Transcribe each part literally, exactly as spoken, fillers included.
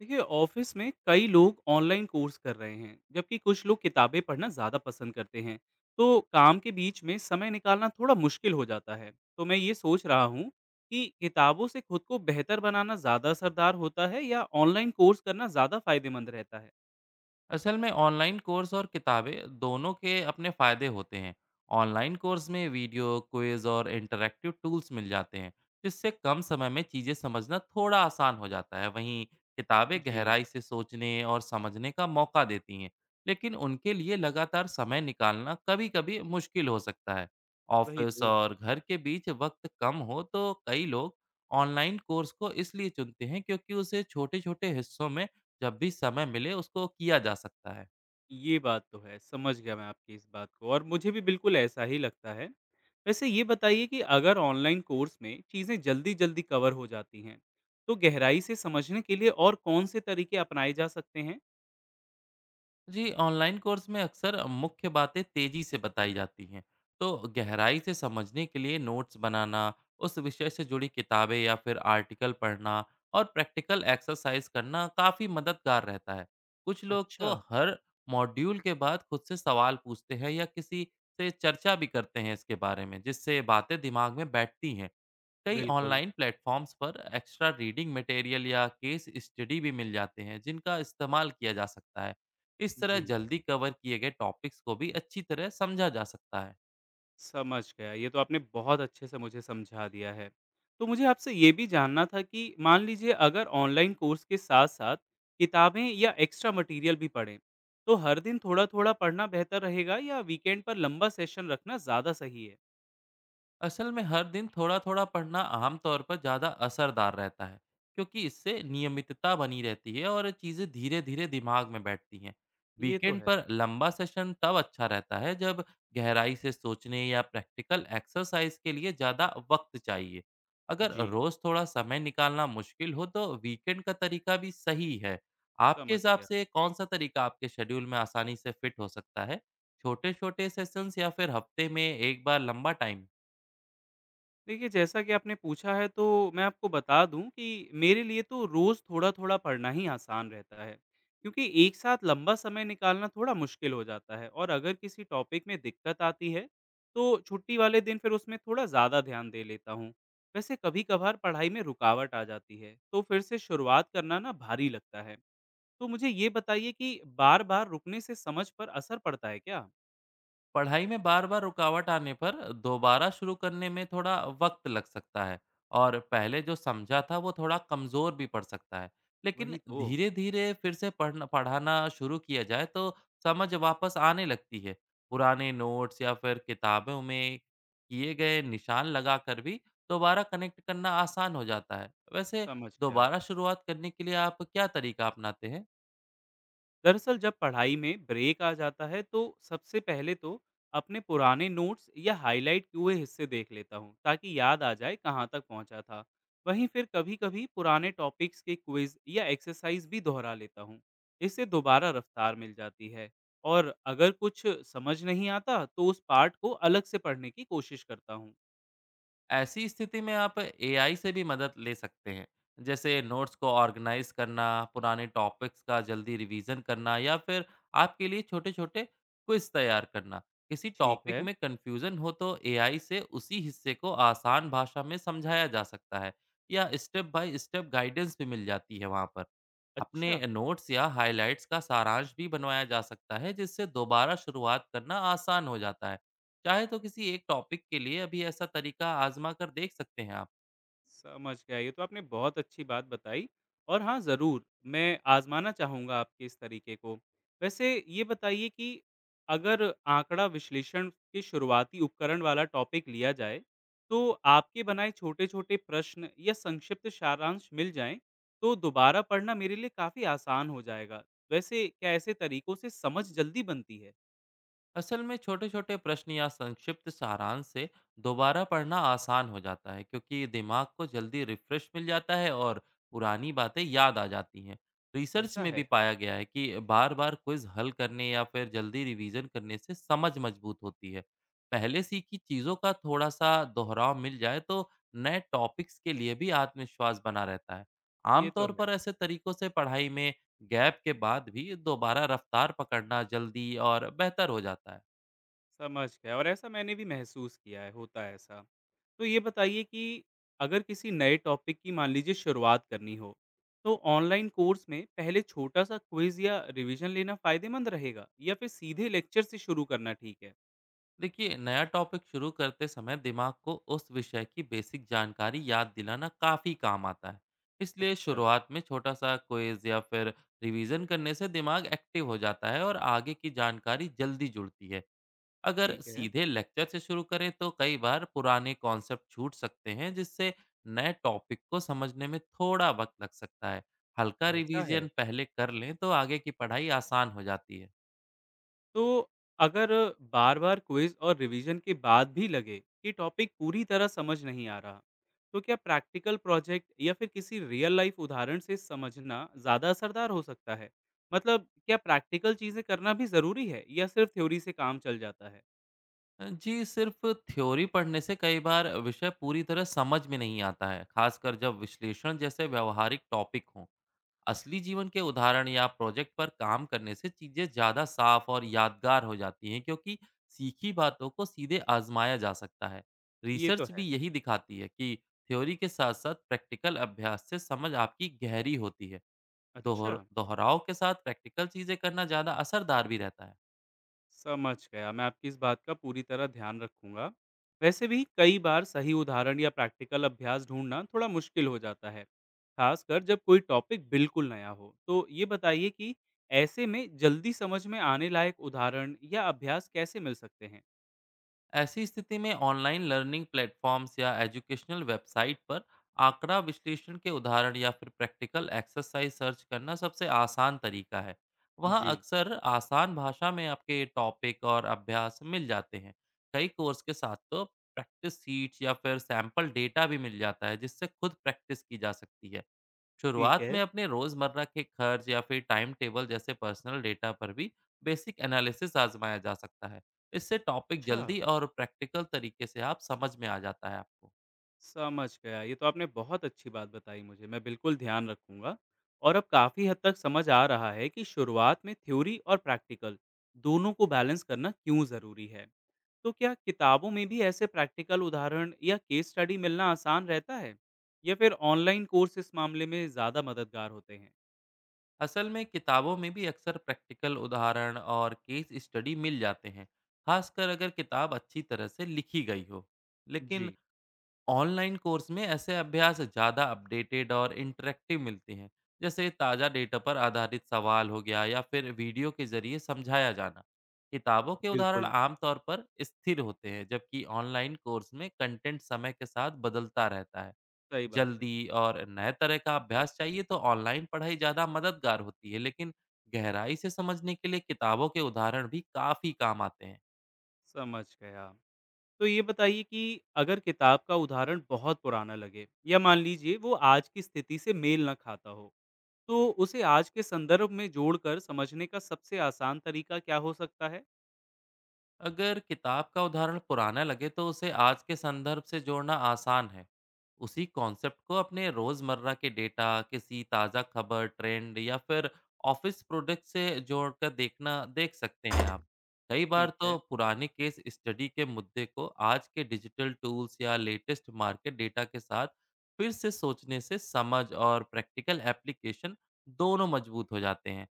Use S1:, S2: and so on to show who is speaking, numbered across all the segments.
S1: देखिए ऑफिस में कई लोग ऑनलाइन कोर्स कर रहे हैं जबकि कुछ लोग किताबें पढ़ना ज़्यादा पसंद करते हैं। तो काम के बीच में समय निकालना थोड़ा मुश्किल हो जाता है। तो मैं ये सोच रहा हूँ कि किताबों से खुद को बेहतर बनाना ज़्यादा असरदार होता है या ऑनलाइन कोर्स करना ज़्यादा फायदेमंद रहता है।
S2: असल में ऑनलाइन कोर्स और किताबें दोनों के अपने फ़ायदे होते हैं। ऑनलाइन कोर्स में वीडियो क्विज और इंटरैक्टिव टूल्स मिल जाते हैं जिससे कम समय में चीज़ें समझना थोड़ा आसान हो जाता है। वहीं किताबें
S1: जी।
S2: गहराई से सोचने और समझने का मौका देती हैं, लेकिन उनके लिए लगातार समय निकालना कभी-कभी मुश्किल हो सकता है।
S1: वही
S2: ऑफिस
S1: तो।
S2: और घर के बीच वक्त कम हो तो कई लोग ऑनलाइन कोर्स को इसलिए चुनते हैं क्योंकि उसे छोटे-छोटे हिस्सों में जब भी समय मिले उसको किया जा सकता है।
S1: ये बात तो है, समझ गया मैं आपकी इस बात को और मुझे भी बिल्कुल ऐसा ही लगता है। वैसे ये बताइए कि अगर ऑनलाइन कोर्स में चीज़ें जल्दी-जल्दी कवर हो जाती हैं, तो गहराई से समझने के लिए और कौन से तरीके अपनाए जा सकते हैं?
S2: जी। ऑनलाइन कोर्स में अक्सर मुख्य बातें तेजी से बताई जाती हैं, तो गहराई से समझने के लिए नोट्स बनाना, उस विषय से जुड़ी किताबें या फिर आर्टिकल पढ़ना और प्रैक्टिकल एक्सरसाइज करना काफ़ी मददगार रहता है। कुछ लोग तो
S1: अच्छा।
S2: हर मॉड्यूल के बाद खुद से सवाल पूछते हैं या किसी से चर्चा भी करते हैं इसके बारे में, जिससे बातें दिमाग में बैठती हैं। कई
S1: बिल्कुल।
S2: ऑनलाइन प्लेटफॉर्म्स पर एक्स्ट्रा रीडिंग मटेरियल या केस स्टडी भी मिल जाते हैं, जिनका इस्तेमाल किया जा सकता है। इस तरह
S1: जी।
S2: जल्दी कवर किए गए टॉपिक्स को भी अच्छी तरह समझा जा सकता है।
S1: समझ गया। ये तो आपने बहुत अच्छे से मुझे समझा दिया है। तो मुझे आपसे ये भी जानना था कि मान लीजिए अगर ऑनलाइन कोर्स के साथ-साथ किताबें या एक्स्ट्रा मटेरियल भी पढ़ें, तो हर दिन थोड़ा-थोड़ा पढ़ना बेहतर रहेगा या वीकेंड पर लंबा सेशन रखना ज़्यादा सही है?
S2: असल में हर दिन थोड़ा थोड़ा पढ़ना आमतौर पर ज़्यादा असरदार रहता है, क्योंकि इससे नियमितता बनी रहती है और चीज़ें धीरे धीरे दिमाग में बैठती हैं।
S1: ये तो
S2: वीकेंड
S1: है।
S2: पर लंबा सेशन तब अच्छा रहता है जब गहराई से सोचने या प्रैक्टिकल एक्सरसाइज के लिए ज़्यादा वक्त चाहिए। अगर
S1: जी।
S2: रोज़ थोड़ा समय निकालना मुश्किल हो तो वीकेंड का तरीका भी सही है। आपके
S1: समझ
S2: हिसाब
S1: गया।
S2: से कौन सा तरीका आपके शेड्यूल में आसानी से फिट हो सकता है? छोटे छोटे सेशंस या फिर हफ्ते में एक बार लंबा टाइम?
S1: देखिए, जैसा कि आपने पूछा है तो मैं आपको बता दूँ कि मेरे लिए तो रोज़ थोड़ा-थोड़ा पढ़ना ही आसान रहता है, क्योंकि एक साथ लंबा समय निकालना थोड़ा मुश्किल हो जाता है और अगर किसी टॉपिक में दिक्कत आती है, तो छुट्टी वाले दिन फिर उसमें थोड़ा ज़्यादा ध्यान दे लेता हूँ। वैसे कभी-कभार पढ़ाई में रुकावट आ जाती है, तो फिर से शुरुआत करना ना भारी लगता है। तो मुझे ये बताइए कि बार-बार रुकने से समझ पर असर पड़ता है क्या?
S2: पढ़ाई में बार-बार रुकावट आने पर दोबारा शुरू करने में थोड़ा वक्त लग सकता है और पहले जो समझा था वो थोड़ा कमज़ोर भी पड़ सकता है। लेकिन
S1: वही तो।
S2: धीरे-धीरे फिर से पढ़ना पढ़ाना शुरू किया जाए तो समझ वापस आने लगती है। पुराने नोट्स या फिर किताबों में किए गए निशान लगाकर भी दोबारा कनेक्ट करना आसान हो जाता है। वैसे
S1: समझ गया।
S2: दोबारा शुरुआत करने के लिए आप क्या तरीका अपनाते हैं?
S1: दरअसल जब पढ़ाई में ब्रेक आ जाता है तो सबसे पहले तो अपने पुराने नोट्स या हाईलाइट किए हुए हिस्से देख लेता हूँ ताकि याद आ जाए कहाँ तक पहुँचा था। वहीं फिर कभी कभी पुराने टॉपिक्स के क्विज या एक्सरसाइज भी दोहरा लेता हूँ। इससे दोबारा रफ्तार मिल जाती है और अगर कुछ समझ नहीं आता तो उस पार्ट को अलग से पढ़ने की कोशिश करता हूँ।
S2: ऐसी स्थिति में आप ए आई से भी मदद ले सकते हैं, जैसे नोट्स को ऑर्गेनाइज करना, पुराने टॉपिक्स का जल्दी रिवीजन करना या फिर आपके लिए छोटे छोटे क्विज तैयार करना। किसी
S1: ठीक
S2: टॉपिक
S1: है।
S2: में कंफ्यूजन हो तो ए आई से उसी हिस्से को आसान भाषा में समझाया जा सकता है या स्टेप बाय स्टेप गाइडेंस भी मिल जाती है वहाँ पर। अपने
S1: अच्छा।
S2: नोट्स या हाइलाइट्स का सारांश भी बनवाया जा सकता है जिससे दोबारा शुरुआत करना आसान हो जाता है। चाहे तो किसी एक टॉपिक के लिए अभी ऐसा तरीका आजमा कर देख सकते हैं आप।
S1: समझ गया, ये तो आपने बहुत अच्छी बात बताई। और हाँ, ज़रूर, मैं आज़माना चाहूँगा आपके इस तरीके को। वैसे ये बताइए कि अगर आँकड़ा विश्लेषण के शुरुआती उपकरण वाला टॉपिक लिया जाए, तो आपके बनाए छोटे-छोटे प्रश्न या संक्षिप्त सारांश मिल जाएँ, तो दोबारा पढ़ना मेरे लिए काफ़ी आसान हो जाएगा। वैसे क्या ऐसे तरीकों से समझ जल्दी बनती है?
S2: असल में छोटे छोटे प्रश्न या संक्षिप्त सारांश से दोबारा पढ़ना आसान हो जाता है, क्योंकि दिमाग को जल्दी रिफ्रेश मिल जाता है और पुरानी बातें याद आ जाती हैं। रिसर्च
S1: ऐसा
S2: में भी
S1: है।
S2: पाया गया है कि बार बार क्विज हल करने या फिर जल्दी रिवीजन करने से समझ मजबूत होती है। पहले सीखी चीज़ों का थोड़ा सा दोहराव मिल जाए तो नए टॉपिक्स के लिए भी आत्मविश्वास बना रहता है।
S1: ये तो
S2: आमतौर
S1: है।
S2: पर ऐसे तरीकों से पढ़ाई में गैप के बाद भी दोबारा रफ्तार पकड़ना जल्दी और बेहतर हो जाता है।
S1: समझ गया और ऐसा मैंने भी महसूस किया है, होता है ऐसा। तो ये बताइए कि अगर किसी नए टॉपिक की मान लीजिए शुरुआत करनी हो, तो ऑनलाइन कोर्स में पहले छोटा-सा क्विज़ या रिवीजन लेना फ़ायदेमंद रहेगा या फिर सीधे लेक्चर से शुरू करना ठीक है?
S2: देखिए, नया टॉपिक शुरू करते समय दिमाग को उस विषय की बेसिक जानकारी याद दिलाना काफ़ी काम आता है। इसलिए
S1: अच्छा।
S2: शुरुआत में छोटा सा क्विज या फिर रिवीजन करने से दिमाग एक्टिव हो जाता है और आगे की जानकारी जल्दी जुड़ती है। अगर
S1: ठीक है।
S2: सीधे लेक्चर से शुरू करें तो कई बार पुराने कॉन्सेप्ट छूट सकते हैं, जिससे नए टॉपिक को समझने में थोड़ा वक्त लग सकता है। हल्का
S1: ऐसा है।
S2: रिवीजन पहले कर लें तो आगे की पढ़ाई आसान हो जाती है।
S1: तो अगर बार-बार क्विज और रिवीजन के बाद भी लगे कि टॉपिक पूरी तरह समझ नहीं आ रहा, तो क्या प्रैक्टिकल प्रोजेक्ट या फिर किसी रियल लाइफ उदाहरण से समझना ज़्यादा असरदार हो सकता है? मतलब क्या प्रैक्टिकल चीज़ें करना भी ज़रूरी है या सिर्फ थ्योरी से काम चल जाता है?
S2: जी, सिर्फ थ्योरी पढ़ने से कई बार विषय पूरी तरह समझ में नहीं आता है, खासकर जब विश्लेषण जैसे व्यवहारिक टॉपिक हों। असली जीवन के उदाहरण या प्रोजेक्ट पर काम करने से चीजें ज्यादा साफ और यादगार हो जाती हैं, क्योंकि सीखी बातों को सीधे आजमाया जा सकता है।
S1: ये तो
S2: रिसर्च भी
S1: है।
S2: यही दिखाती है कि थ्योरी के साथ साथ प्रैक्टिकल अभ्यास से समझ आपकी गहरी होती है।
S1: अच्छा।
S2: दोहर- दोहराव के साथ प्रैक्टिकल चीजें करना ज्यादा असरदार भी रहता है।
S1: समझ गया। मैं आपकी इस बात का पूरी तरह ध्यान रखूंगा। वैसे भी कई बार सही उदाहरण या प्रैक्टिकल अभ्यास ढूंढना थोड़ा मुश्किल हो जाता है, खासकर जब कोई टॉपिक बिल्कुल नया हो। तो ये बताइए कि ऐसे में जल्दी समझ में आने लायक उदाहरण या अभ्यास कैसे मिल सकते हैं?
S2: ऐसी स्थिति में ऑनलाइन लर्निंग प्लेटफॉर्म्स या एजुकेशनल वेबसाइट पर आंकड़ा विश्लेषण के उदाहरण या फिर प्रैक्टिकल एक्सरसाइज सर्च करना सबसे आसान तरीका है। वहाँ
S1: जी।
S2: अक्सर आसान भाषा में आपके टॉपिक और अभ्यास मिल जाते हैं। कई कोर्स के साथ तो प्रैक्टिस सीट्स या फिर सैंपल डेटा भी मिल जाता है, जिससे खुद प्रैक्टिस की जा सकती है।
S1: ठीक
S2: शुरुआत
S1: है।
S2: में अपने रोजमर्रा के खर्च या फिर टाइम टेबल जैसे पर्सनल डेटा पर भी बेसिक एनालिसिस आजमाया जा सकता है। इससे टॉपिक
S1: अच्छा।
S2: जल्दी और प्रैक्टिकल तरीके से आप समझ में आ जाता है आपको।
S1: समझ गया। ये तो आपने बहुत अच्छी बात बताई मुझे, मैं बिल्कुल ध्यान रखूँगा। और अब काफ़ी हद तक समझ आ रहा है कि शुरुआत में थ्योरी और प्रैक्टिकल दोनों को बैलेंस करना क्यों ज़रूरी है। तो क्या किताबों में भी ऐसे प्रैक्टिकल उदाहरण या केस स्टडी मिलना आसान रहता है? या फिर ऑनलाइन कोर्स इस मामले में ज़्यादा मददगार होते हैं?
S2: असल में किताबों में भी अक्सर प्रैक्टिकल उदाहरण और केस स्टडी मिल जाते हैं, खासकर अगर किताब अच्छी तरह से लिखी गई हो। लेकिन
S1: जी।
S2: ऑनलाइन कोर्स में ऐसे अभ्यास ज़्यादा अपडेटेड और इंटरेक्टिव मिलते हैं, जैसे ताज़ा डेटा पर आधारित सवाल हो गया या फिर वीडियो के जरिए समझाया जाना। किताबों के उदाहरण
S1: बिल्कुल।
S2: आमतौर पर स्थिर होते हैं, जबकि ऑनलाइन कोर्स में कंटेंट समय के साथ बदलता रहता है।
S1: सही बात है।
S2: जल्दी और नए तरह का अभ्यास चाहिए तो ऑनलाइन पढ़ाई ज़्यादा मददगार होती है, लेकिन गहराई से समझने के लिए किताबों के उदाहरण भी काफ़ी काम आते हैं।
S1: समझ गया। तो ये बताइए कि अगर किताब का उदाहरण बहुत पुराना लगे या मान लीजिए वो आज की स्थिति से मेल ना खाता हो, तो उसे आज के संदर्भ में जोड़कर समझने का सबसे आसान तरीका क्या हो सकता है?
S2: अगर किताब का उदाहरण पुराना लगे तो उसे आज के संदर्भ से जोड़ना आसान है। उसी कॉन्सेप्ट को अपने रोज़मर्रा के डेटा, किसी ताज़ा खबर, ट्रेंड या फिर ऑफिस प्रोडक्ट से जोड़कर देखना देख सकते हैं आप। कई बार
S1: ठीक है।
S2: तो पुराने केस स्टडी के मुद्दे को आज के डिजिटल टूल्स या लेटेस्ट मार्केट डेटा के साथ फिर से सोचने से समझ और प्रैक्टिकल एप्लीकेशन दोनों मजबूत हो जाते हैं।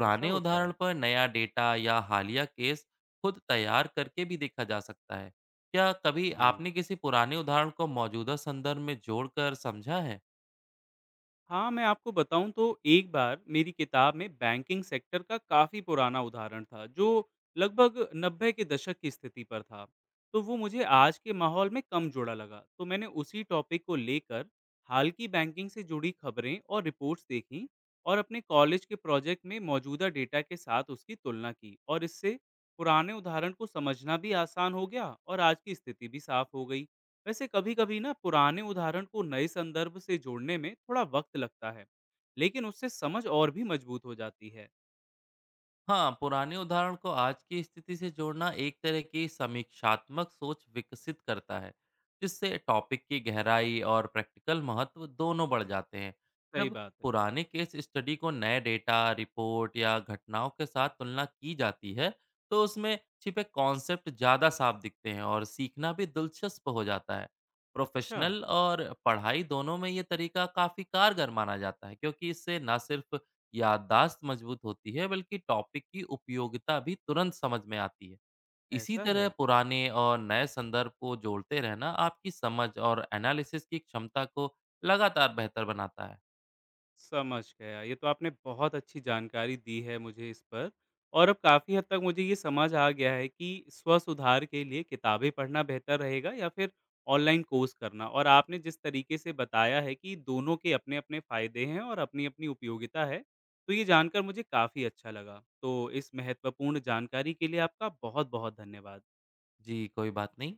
S1: ऐसा होता है।
S2: उदाहरण पर नया डेटा या हालिया केस खुद तैयार करके भी देखा जा सकता है। क्या कभी
S1: जी।
S2: आपने किसी पुराने उदाहरण को मौजूदा संदर्भ में जोड़कर समझा है?
S1: हाँ, मैं आपको बताऊँ तो एक बार मेरी किताब में बैंकिंग सेक्टर का काफ़ी पुराना उदाहरण था, जो लगभग नब्बे के दशक की स्थिति पर था। तो वो मुझे आज के माहौल में कम जुड़ा लगा। तो मैंने उसी टॉपिक को लेकर हाल की बैंकिंग से जुड़ी खबरें और रिपोर्ट्स देखी और अपने कॉलेज के प्रोजेक्ट में मौजूदा डेटा के साथ उसकी तुलना की और इससे पुराने उदाहरण को समझना भी आसान हो गया और आज की स्थिति भी साफ हो गई। वैसे कभी कभी ना पुराने उदाहरण को नए संदर्भ से जोड़ने में थोड़ा वक्त लगता है, लेकिन उससे समझ और भी मजबूत हो जाती है।
S2: हाँ, पुराने उदाहरण को आज की स्थिति से जोड़ना एक तरह की समीक्षात्मक सोच विकसित करता है, जिससे टॉपिक की गहराई और प्रैक्टिकल महत्व दोनों बढ़ जाते हैं।
S1: सही
S2: जब
S1: बात है।
S2: पुराने केस स्टडी को नए डेटा, रिपोर्ट या घटनाओं के साथ तुलना की जाती है तो उसमें छिपे कॉन्सेप्ट ज़्यादा साफ दिखते हैं और सीखना भी दिलचस्प हो जाता है।
S1: अच्छा।
S2: प्रोफेशनल और पढ़ाई दोनों में ये तरीका काफ़ी कारगर माना जाता है, क्योंकि इससे न सिर्फ याददाश्त मजबूत होती है बल्कि टॉपिक की उपयोगिता भी तुरंत समझ में आती है। इसी
S1: ऐसा
S2: तरह
S1: है।
S2: पुराने और नए संदर्भ को जोड़ते रहना आपकी समझ और एनालिसिस की क्षमता को लगातार बेहतर बनाता है।
S1: समझ गया। ये तो आपने बहुत अच्छी जानकारी दी है मुझे इस पर, और अब काफ़ी हद तक मुझे ये समझ आ गया है कि स्व-सुधार के लिए किताबें पढ़ना बेहतर रहेगा या फिर ऑनलाइन कोर्स करना। और आपने जिस तरीके से बताया है कि दोनों के अपने-अपने फ़ायदे हैं और अपनी-अपनी उपयोगिता है, तो ये जानकर मुझे काफ़ी अच्छा लगा। तो इस महत्वपूर्ण जानकारी के लिए आपका बहुत-बहुत धन्यवाद।
S2: जी, कोई बात नहीं।